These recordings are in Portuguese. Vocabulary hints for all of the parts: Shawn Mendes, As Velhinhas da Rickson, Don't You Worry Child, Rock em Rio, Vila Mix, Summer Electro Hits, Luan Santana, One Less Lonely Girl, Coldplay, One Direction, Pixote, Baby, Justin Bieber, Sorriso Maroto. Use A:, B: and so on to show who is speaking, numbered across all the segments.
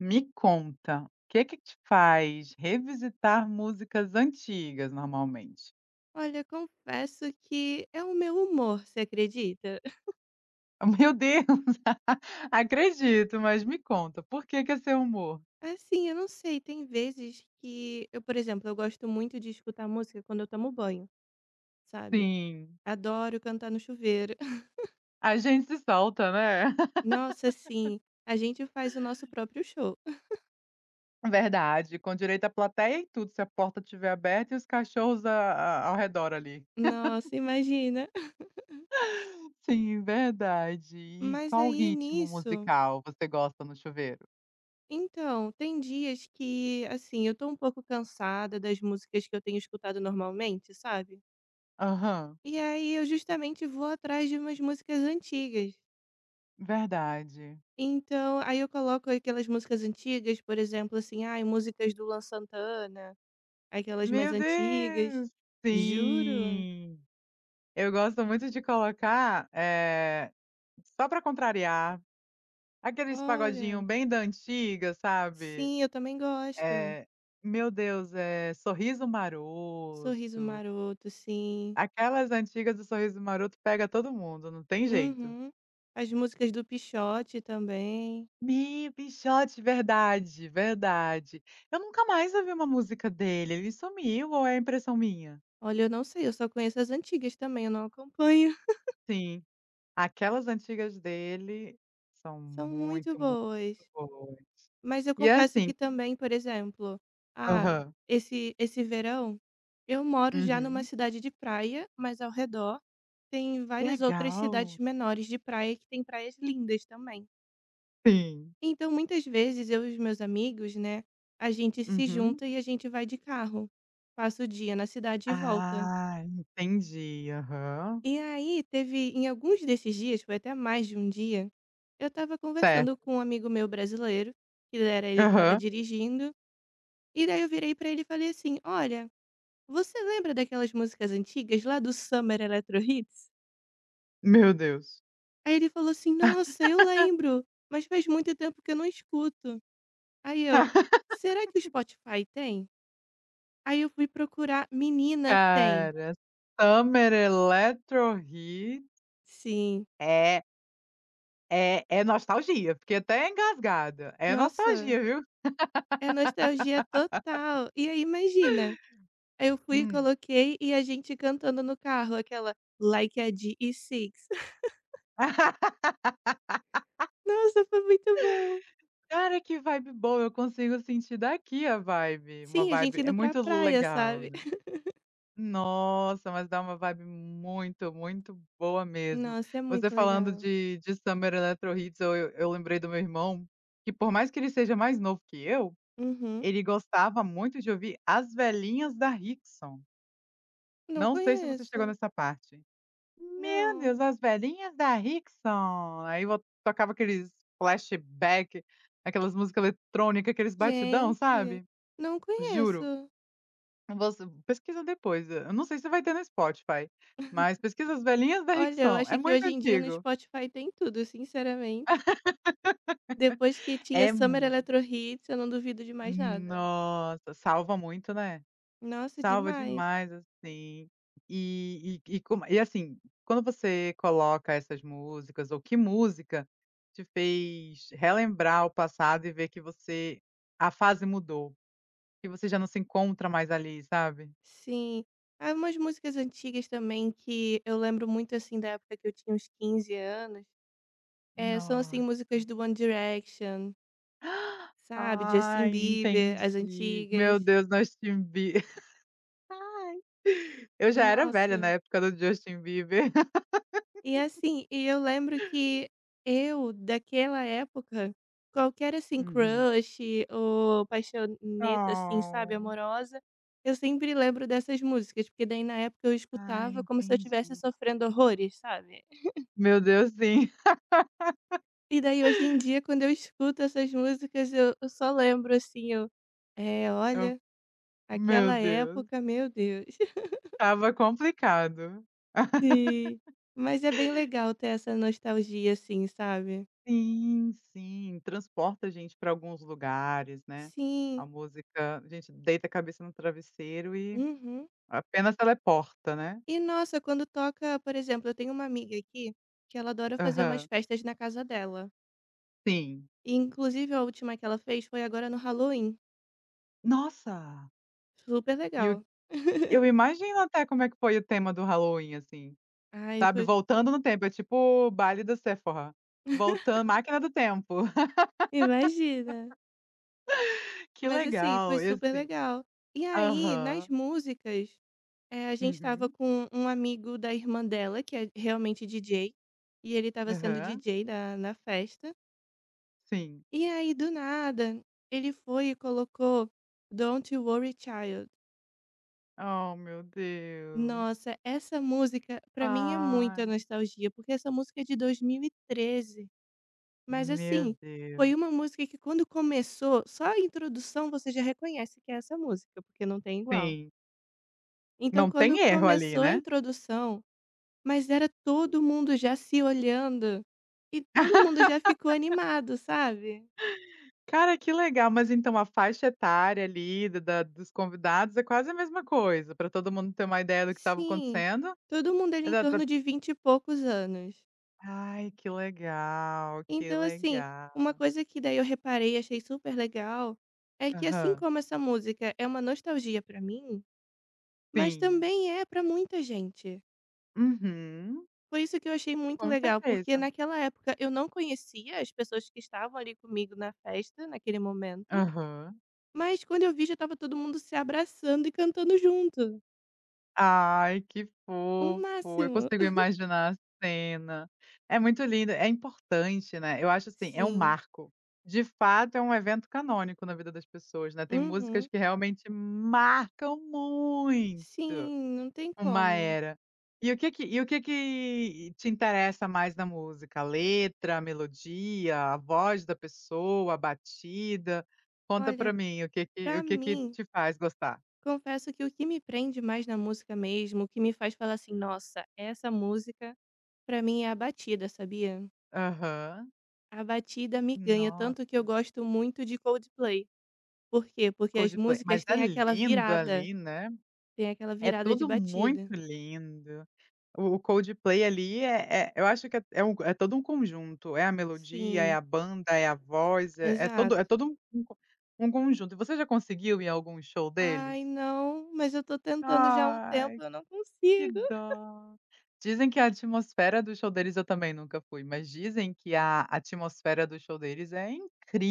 A: Me conta, o que que te faz revisitar músicas antigas normalmente?
B: Olha, confesso que é o meu humor, você acredita?
A: Meu Deus, acredito, mas me conta, por que que é seu humor?
B: Assim, eu não sei, tem vezes que eu, por exemplo, eu gosto muito de escutar música quando eu tomo banho, sabe?
A: Sim,
B: Adoro cantar no chuveiro.
A: a gente se solta, né.
B: Nossa, sim. A gente faz o nosso próprio show.
A: Verdade, com direito à plateia e tudo, se a porta estiver aberta e os cachorros a ao redor ali.
B: Nossa, imagina.
A: Sim, verdade. E
B: Mas
A: qual
B: aí
A: ritmo
B: nisso,
A: musical você gosta no chuveiro?
B: então, tem dias que, assim, eu tô um pouco cansada das músicas que eu tenho escutado normalmente, sabe?
A: Aham,
B: E aí eu justamente vou atrás de umas músicas antigas.
A: verdade.
B: Então, aí eu coloco aquelas músicas antigas, por exemplo, assim, ai, músicas do Luan Santana, aquelas mais
A: Meu
B: antigas.
A: Deus,
B: Juro?
A: sim. Eu gosto muito de colocar, só pra contrariar, aqueles pagodinho
B: Olha,
A: bem da antiga, sabe?
B: sim, eu também gosto.
A: Eh, meu Deus, Sorriso Maroto,
B: Sorriso Maroto, sim.
A: aquelas antigas do Sorriso Maroto pega todo mundo, não tem jeito.
B: Uhum. As músicas do Pixote também.
A: Mi Pixote, verdade, verdade. Eu nunca mais ouvi uma música dele, ele sumiu ou é impressão minha?
B: Olha, eu não sei, eu só conheço as antigas também, eu não acompanho.
A: Sim, aquelas antigas dele são
B: São muito
A: muito, muito
B: boas.
A: boas.
B: Mas eu
A: E é
B: confesso
A: assim.
B: que também, por exemplo, ah,
A: Aham.
B: esse verão, eu moro já numa
A: Uhum.
B: cidade de praia, mas ao redor tem várias outras cidades
A: Legal.
B: menores de praia que tem praias lindas também.
A: Sim.
B: Então, muitas vezes eu e os meus amigos, né, a gente se
A: Uhum.
B: junta e a gente vai de carro. Passa o dia na cidade e volta.
A: Ah, entendi. Aham.
B: E aí teve em alguns desses dias, foi até mais de um dia, eu estava conversando
A: Certo.
B: com um amigo meu brasileiro, que era ele que estava
A: Aham.
B: dirigindo. E daí eu virei pra ele e falei assim: "Olha, você lembra daquelas músicas antigas lá do Summer Electro Hits?"
A: Meu Deus.
B: Aí ele falou assim: "Nossa, eu lembro, mas faz muito tempo que eu não escuto". Aí eu: "Será que o Spotify tem?" Aí eu fui procurar, menina, tem.
A: Cara, Summer Electro Hits.
B: Sim.
A: É, é nostalgia. Fiquei até engasgada. É
B: Nossa,
A: nostalgia, viu?
B: é nostalgia total. E aí imagina, aí eu fui e
A: Hum.
B: coloquei e a gente cantando no carro aquela Like a d e Six. Nossa, foi muito bom.
A: Cara, que vibe boa. Eu consigo sentir daqui a vibe, uma
B: Sim, a gente
A: vibe é
B: indo pra
A: muito
B: praia,
A: legal,
B: sabe?
A: né. Nossa, mas dá uma vibe muito, muito boa mesmo.
B: Nossa, é
A: Você
B: muito
A: falando
B: legal.
A: de Summer Electro Hits, eu lembrei do meu irmão, que por mais que ele seja mais novo que eu,
B: Uhum.
A: ele gostava muito de ouvir As Velhinhas da Rickson.
B: Não
A: Não sei se você chegou
B: conheço.
A: nessa parte. "Meu
B: Não.
A: Deus, as velhinhas da Rickson", aí vo tocava aqueles flashback, aquelas músicas eletrônicas, aqueles batidão,
B: Gente,
A: sabe?
B: não
A: Juro.
B: conheço.
A: Você pesquisa depois, eu não sei se vai ter no Spotify, mas pesquisa As Velhinhas da
B: Olha, eu
A: Rickson, é
B: acho que
A: muito
B: hoje em dia no
A: antigo.
B: Spotify tem tudo, sinceramente. Depois que tinha
A: É
B: Summer
A: muito,
B: Electro Hits, eu não duvido de mais nada.
A: nossa, salva muito, né.
B: Nossa,
A: Salva
B: demais.
A: demais, assim. E como e assim, quando você coloca essas músicas ou que música te fez relembrar o passado e ver que você a fase mudou, que você já não se encontra mais ali, sabe.
B: Sim. Há umas músicas antigas também que eu lembro muito assim da época que eu tinha uns 15 anos. É, são assim
A: Nossa,
B: músicas do One Direction, sabe? Justin
A: ai,
B: Bieber, as
A: entendi. Meu
B: antigas.
A: Deus, nós timbi. Ai, eu já era velha na
B: Nossa.
A: época do Justin Bieber.
B: E assim, e eu lembro que eu, daquela época, qualquer assim
A: Uhum.
B: crush ou paixoneta assim, sabe,
A: Oh,
B: amorosa, eu sempre lembro dessas músicas, porque daí na época eu
A: ai,
B: escutava como se eu estivesse
A: entendi.
B: sofrendo horrores, sabe.
A: Meu Deus, sim.
B: E daí hoje em dia quando eu escuto essas músicas eu só lembro assim, eu: "É,
A: Eu,
B: olha,
A: meu
B: aquela
A: Deus,
B: época, meu Deus".
A: estava complicado.
B: Sim. Mas é bem legal ter essa nostalgia assim, sabe.
A: Sim, sim, transporta a gente para alguns lugares, né.
B: Sim.
A: A música a gente deita a cabeça no travesseiro e
B: Uhum.
A: apenas teleporta, né.
B: E nossa, quando toca, por exemplo, eu tenho uma amiga aqui que ela adora fazer umas
A: Aham,
B: festas na casa dela.
A: sim.
B: E inclusive a última que ela fez foi agora no Halloween.
A: Nossa,
B: Super
A: e o
B: legal.
A: eu imagino até como é que foi o tema do Halloween, assim.
B: Ai,
A: Sabe,
B: foi.
A: voltando no tempo, é tipo baile da Sephora, voltan máquina do tempo.
B: Imagina.
A: Que
B: Mas assim, foi
A: legal, e
B: super
A: assim.
B: legal. E aí, nas
A: Aham,
B: músicas, a gente tava
A: uhum,
B: com um amigo da irmã dela, que é realmente DJ, e ele tava sendo
A: aham,
B: DJ na festa.
A: sim.
B: E aí, do nada, ele foi e colocou Don't You Worry Child.
A: Oh, meu Deus.
B: Nossa, essa música pra mim é muita
A: Ai,
B: nostalgia, porque essa música é de 2013, mas
A: meu
B: assim, foi
A: Deus.
B: uma música que quando começou, só a introdução você já reconhece que é essa música, porque não tem igual.
A: Sim,
B: Então
A: não
B: quando
A: tem erro ali,
B: começou a
A: né.
B: introdução, mas era todo mundo já se olhando e todo mundo já ficou animado, sabe?
A: Cara, que legal, mas então a faixa etária ali da dos convidados é quase a mesma coisa, pra todo mundo ter uma ideia do que estava
B: Sim,
A: acontecendo.
B: todo mundo ali em
A: Exata.
B: torno de 20 e poucos anos.
A: Ai, que legal, que
B: Então, assim,
A: legal.
B: uma coisa que daí eu reparei e achei super legal é que, assim
A: Aham,
B: como essa música é uma nostalgia pra mim, mas
A: sim.
B: também é pra muita gente.
A: Uhum.
B: Foi isso que eu achei muito
A: Com
B: legal, porque
A: certeza.
B: naquela época eu não conhecia as pessoas que estavam ali comigo na festa, naquele momento,
A: Aham.
B: mas quando eu vi já tava todo mundo se abraçando e cantando junto.
A: Ai, que
B: O
A: fofo. Eu
B: máximo.
A: consigo imaginar a cena. É muito lindo, é importante, né. Eu acho assim, é um
B: Sim.
A: marco. De fato, é um evento canônico na vida das pessoas, né. Tem músicas
B: Uhum.
A: que realmente marcam muito.
B: Sim, não tem
A: Uma
B: como.
A: era. E o que que te interessa mais na música? A letra, a melodia, a voz da pessoa, a batida? Conta
B: Olha,
A: pra mim o
B: pra
A: que que
B: mim,
A: te faz gostar?
B: confesso que o que me prende mais na música mesmo, o que me faz falar assim: "Nossa, essa música", pra mim é a batida, sabia?
A: Aham.
B: A batida me ganha,
A: Nossa,
B: tanto que eu gosto muito de Coldplay. Por quê? Porque as
A: Coldplay.
B: músicas
A: Mas é
B: têm aquela
A: lindo
B: virada,
A: ali, né?
B: tem aquela
A: É
B: virada de
A: tudo
B: batida.
A: muito lindo. O Coldplay ali é eu acho que é um é todo um conjunto, é a melodia, é
B: Sim,
A: a banda, é a voz, é todo
B: exato.
A: é todo um co um conjunto. E você já conseguiu ir a algum show
B: "Ai
A: deles?
B: não, mas eu tô tentando já há um
A: Ai,
B: tempo, eu não
A: que
B: consigo".
A: dó. Dizem que a atmosfera do show deles eu também nunca fui, mas dizem que a atmosfera do show deles é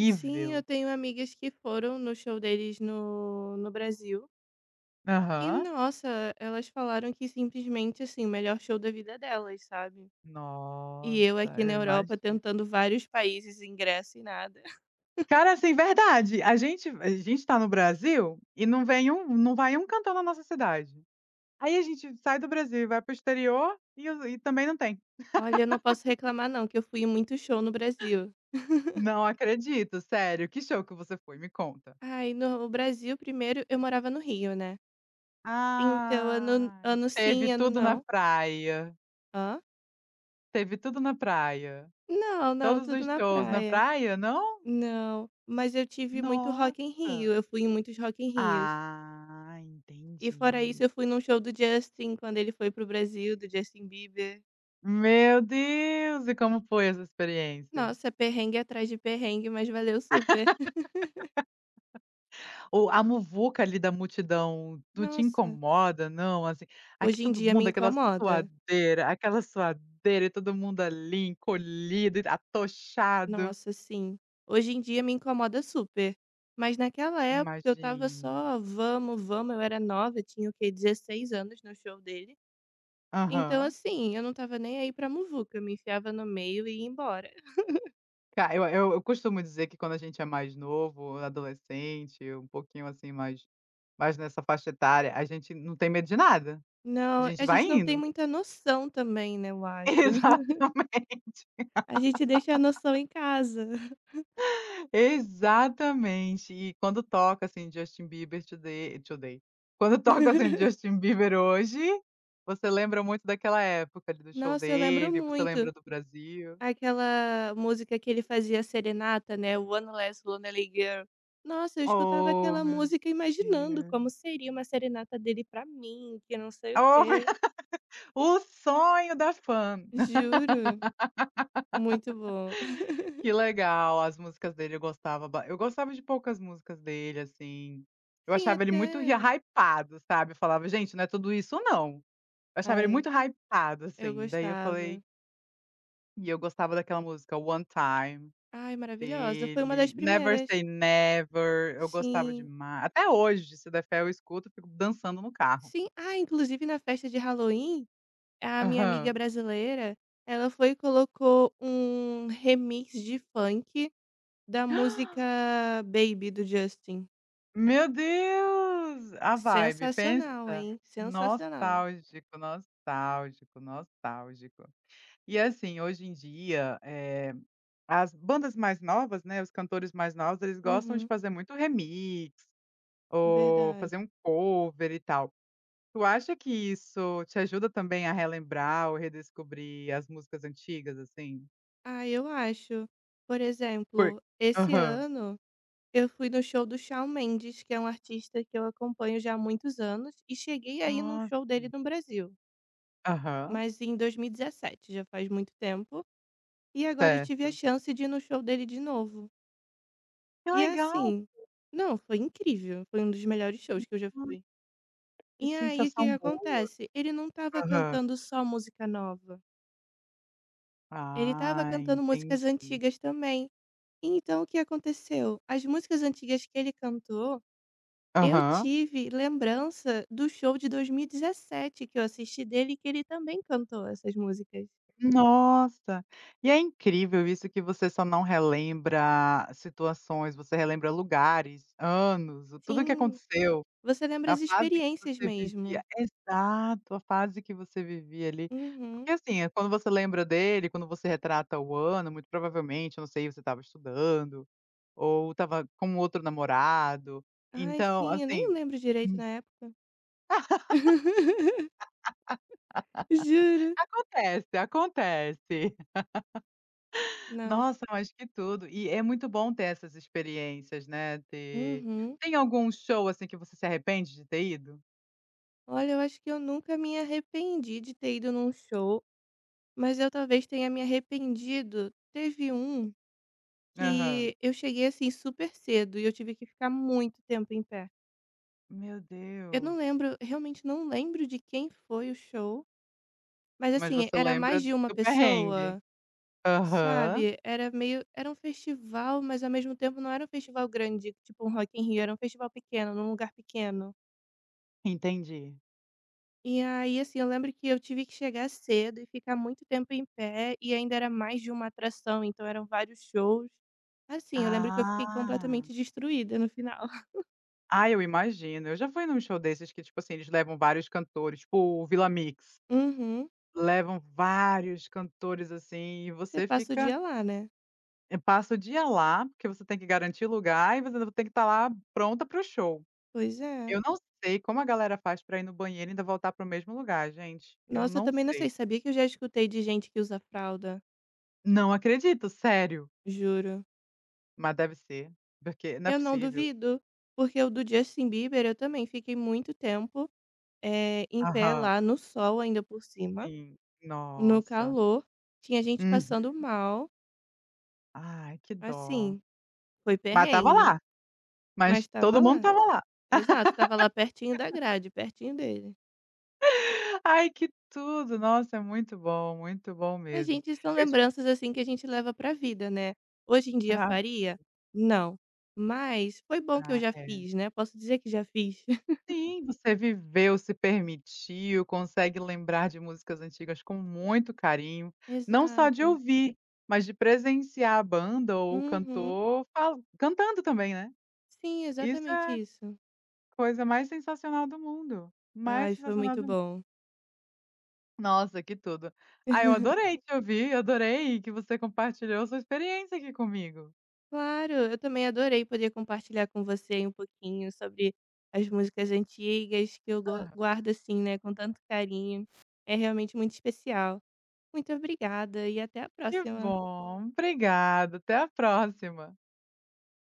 B: Sim, eu tenho amigas que foram no show deles no Brasil. E
A: Aham.
B: nossa, elas falaram que simplesmente, assim, o melhor show da vida delas, sabe. E eu
A: Nossa,
B: aqui na
A: eu
B: Europa
A: imagino.
B: tentando vários países, ingresso e nada.
A: Cara, assim, verdade. A gente tá no Brasil e não vem um não vai um cantor na nossa cidade. Aí a gente sai do Brasil e vai para o exterior e o e também não tem.
B: Olha, eu não posso reclamar não, que eu fui em muito show no Brasil.
A: Não acredito, sério. Que show que você foi? Me conta.
B: Ai, no Brasil, primeiro, eu morava no Rio, né. Então ano
A: Ah,
B: ano
A: teve
B: sim, ano
A: tudo na
B: não
A: praia.
B: hã?
A: Teve tudo na praia.
B: Não, não,
A: Todos
B: tudo
A: os
B: na
A: shows na
B: praia.
A: praia, não?
B: Não, mas eu tive muito
A: Nossa.
B: Rock em Rio, eu fui em muitos Rock em Rios.
A: Ah,
B: E fora isso,
A: entendi.
B: eu fui num show do Justin, quando ele foi pro Brasil, do Justin Bieber.
A: Meu Deus! E como foi essa experiência?
B: Nossa, perrengue atrás de perrengue, mas valeu super.
A: Ou a muvuca ali da multidão não te
B: Nossa,
A: incomoda não, assim? Aqui
B: hoje em
A: todo
B: dia me
A: mundo,
B: incomoda.
A: aquela suadeira e todo mundo ali encolhido, e atochado.
B: Nossa, sim. Hoje em dia me incomoda super. Mas naquela época eu tava
A: Imagino.
B: só vamos, vamos, eu era nova, tinha o quê? 16 anos no show dele. Então,
A: Aham.
B: assim, eu não tava nem aí pra muvuca, eu me enfiava no meio e ia embora.
A: Ca eu costumo dizer que quando a gente é mais novo, adolescente, um pouquinho assim mais mais nessa faixa etária, a gente não tem medo de nada, a
B: Não,
A: gente
B: a
A: vai
B: gente não tem
A: indo.
B: muita noção também, né, eu acho.
A: Exato.
B: A gente deixa a noção em casa.
A: Exatamente. E quando toca, assim, Justin Bieber Today. Quando toca, assim, Justin Bieber hoje, você lembra muito daquela época ali do show
B: Nossa, eu lembro
A: dele, você
B: muito.
A: lembra do Brasil.
B: Aquela música que ele fazia serenata, né, o One Less Lonely Girl. Nossa, eu escutava
A: Oh,
B: aquela
A: meu
B: música imaginando
A: Deus.
B: como seria uma serenata dele pra mim, que não sei o
A: Oh, meu.
B: quê.
A: O sonho da fã.
B: Juro, muito bom.
A: Que legal, as músicas dele eu gostava ba eu gostava de poucas músicas dele, assim. Eu
B: Sim,
A: achava ele muito ri
B: até
A: hypado, sabe. Eu falava: "Gente, não é tudo isso não". Eu achava ele
B: ai,
A: muito hypado,
B: eu
A: assim. Daí eu
B: gostava.
A: falei. E eu gostava daquela música One Time
B: Ai, maravilhosa, foi uma
A: dele,
B: das
A: Never
B: primeiras.
A: Say Never, eu gostava
B: Sim,
A: demais. Até hoje, se der fé eu escuto, fico dançando no carro.
B: sim. Ah, inclusive na festa de Halloween, a minha amiga
A: Aham.
B: brasileira, ela foi e colocou um remix de funk da música Baby do Justin.
A: Meu Deus! A vibe, pensa.
B: Sensacional, hein, sensacional.
A: Nostálgico, nostálgico, nostálgico. E assim, hoje em dia, as bandas mais novas, né, os cantores mais novos, eles gostam de
B: Uhum,
A: fazer muito remix, ou
B: verdade.
A: fazer um cover e tal. Tu acha que isso te ajuda também a relembrar ou redescobrir as músicas antigas, assim?
B: Ah, eu acho. Por
A: Por
B: exemplo, esse
A: aham.
B: ano eu fui no show do Shawn Mendes, que é um artista que eu acompanho já há muitos anos, e cheguei aí num
A: Nossa.
B: show dele no Brasil,
A: Aham,
B: mas em 2017, já faz muito tempo, e agora eu tive a
A: certo.
B: chance de ir no show dele de novo.
A: Que
B: E
A: legal.
B: assim, não, foi incrível, foi um dos melhores shows que eu já
A: Nossa,
B: fui.
A: que
B: E aí o que que
A: sensação boa.
B: acontece? Ele não estava
A: Aham.
B: cantando só música nova, ele estava
A: Ah,
B: cantando músicas
A: entendi.
B: antigas também. Então o que aconteceu? As músicas antigas que ele cantou, eu
A: Aham.
B: tive lembrança do show de 2017 que eu assisti dele e que ele também cantou essas músicas.
A: Nossa. E é incrível isso que você só não relembra situações, você relembra lugares, anos, tudo o que
B: Sim,
A: aconteceu.
B: você lembra
A: A
B: as
A: fase que
B: experiências
A: você vivia
B: mesmo.
A: exato, a fase que você vivia ali.
B: Uhum.
A: Porque, assim, quando você lembra dele, quando você retrata o ano, muito provavelmente, eu não sei, você estava estudando, ou estava com outro namorado,
B: Ai
A: então,
B: sim, eu nem
A: assim
B: lembro direito
A: hum,
B: na época. Juro.
A: acontece, acontece.
B: Nossa.
A: Nossa, mas que tudo. E é muito bom ter essas experiências, né, ter
B: Uhum.
A: tem algum show, assim, que você se arrepende de ter ido?
B: Olha, eu acho que eu nunca me arrependi de ter ido num show, mas eu talvez tenha me arrependido. Teve um
A: Aham.
B: que eu cheguei assim super cedo e eu tive que ficar muito tempo em pé.
A: Meu
B: Eu
A: Deus.
B: não lembro, realmente não lembro de quem foi o show, mas
A: Mas
B: assim,
A: você
B: era
A: lembra
B: mais de uma
A: do perrengue.
B: pessoa,
A: Aham.
B: sabe? Era meio, era um festival, mas ao mesmo tempo não era um festival grande, tipo um Rock in Rio, era um festival pequeno, num lugar pequeno.
A: Entendi.
B: E aí, assim, eu lembro que eu tive que chegar cedo e ficar muito tempo em pé, e ainda era mais de uma atração, então eram vários shows. Assim, eu lembro que eu fiquei
A: Ah.
B: completamente destruída no final.
A: Ah, eu imagino. Eu já fui num show desses que, tipo assim, eles levam vários cantores, tipo o Vila Mix.
B: Uhum.
A: Levam vários cantores, assim, e
B: Você
A: você
B: passa o
A: fica
B: dia lá, né?
A: passa o dia lá, porque você tem que garantir lugar e você ainda tem que estar lá pronta para o show.
B: Pois é.
A: Eu não sei como a galera faz para ir no banheiro e ainda voltar para o mesmo lugar, gente. Eu
B: Nossa, eu
A: não
B: também não sei,
A: sei.
B: sabia que eu já escutei de gente que usa fralda?
A: Não acredito, sério.
B: Juro.
A: Mas deve ser, porque não é
B: Eu não
A: possível.
B: duvido, porque o do Justin Bieber eu também fiquei muito tempo em pé
A: Aham,
B: lá no sol ainda por cima,
A: sim.
B: no
A: Nossa.
B: calor. Tinha gente
A: Uhum.
B: passando mal,
A: Ai, que dó.
B: assim. Foi
A: Mas estava
B: perrengue,
A: lá,
B: mas
A: mas
B: estava
A: todo mundo
B: lá.
A: estava lá.
B: Exato, estava lá pertinho da grade, pertinho dele.
A: Ai, que tudo! Nossa, é muito bom
B: A
A: mesmo.
B: gente são
A: Eu te
B: lembranças, assim, que a gente leva pra vida, né. Hoje em dia
A: pra
B: faria? Não. Mas foi bom que eu
A: ah,
B: já
A: é.
B: fiz, né, posso dizer que já fiz.
A: Sim, você viveu, se permitiu, consegue lembrar de músicas antigas com muito carinho, não só de
B: Exato.
A: ouvir, mas de presenciar a banda ou o
B: Uhum.
A: cantor fal cantando também, né.
B: Sim,
A: Isso
B: exatamente
A: é
B: isso.
A: coisa mais sensacional do mundo, mais
B: Ai, foi
A: sensacional
B: muito
A: do mundo.
B: bom.
A: Nossa, que tudo. Ah, eu adorei te ouvir, adorei que você compartilhou sua experiência aqui comigo.
B: Claro, eu também adorei poder compartilhar com você aí um pouquinho sobre as músicas antigas que eu go guardo, assim, né, com tanto carinho. É realmente muito especial. Muito obrigada e até a
A: Que
B: próxima.
A: bom, obrigada, até a próxima.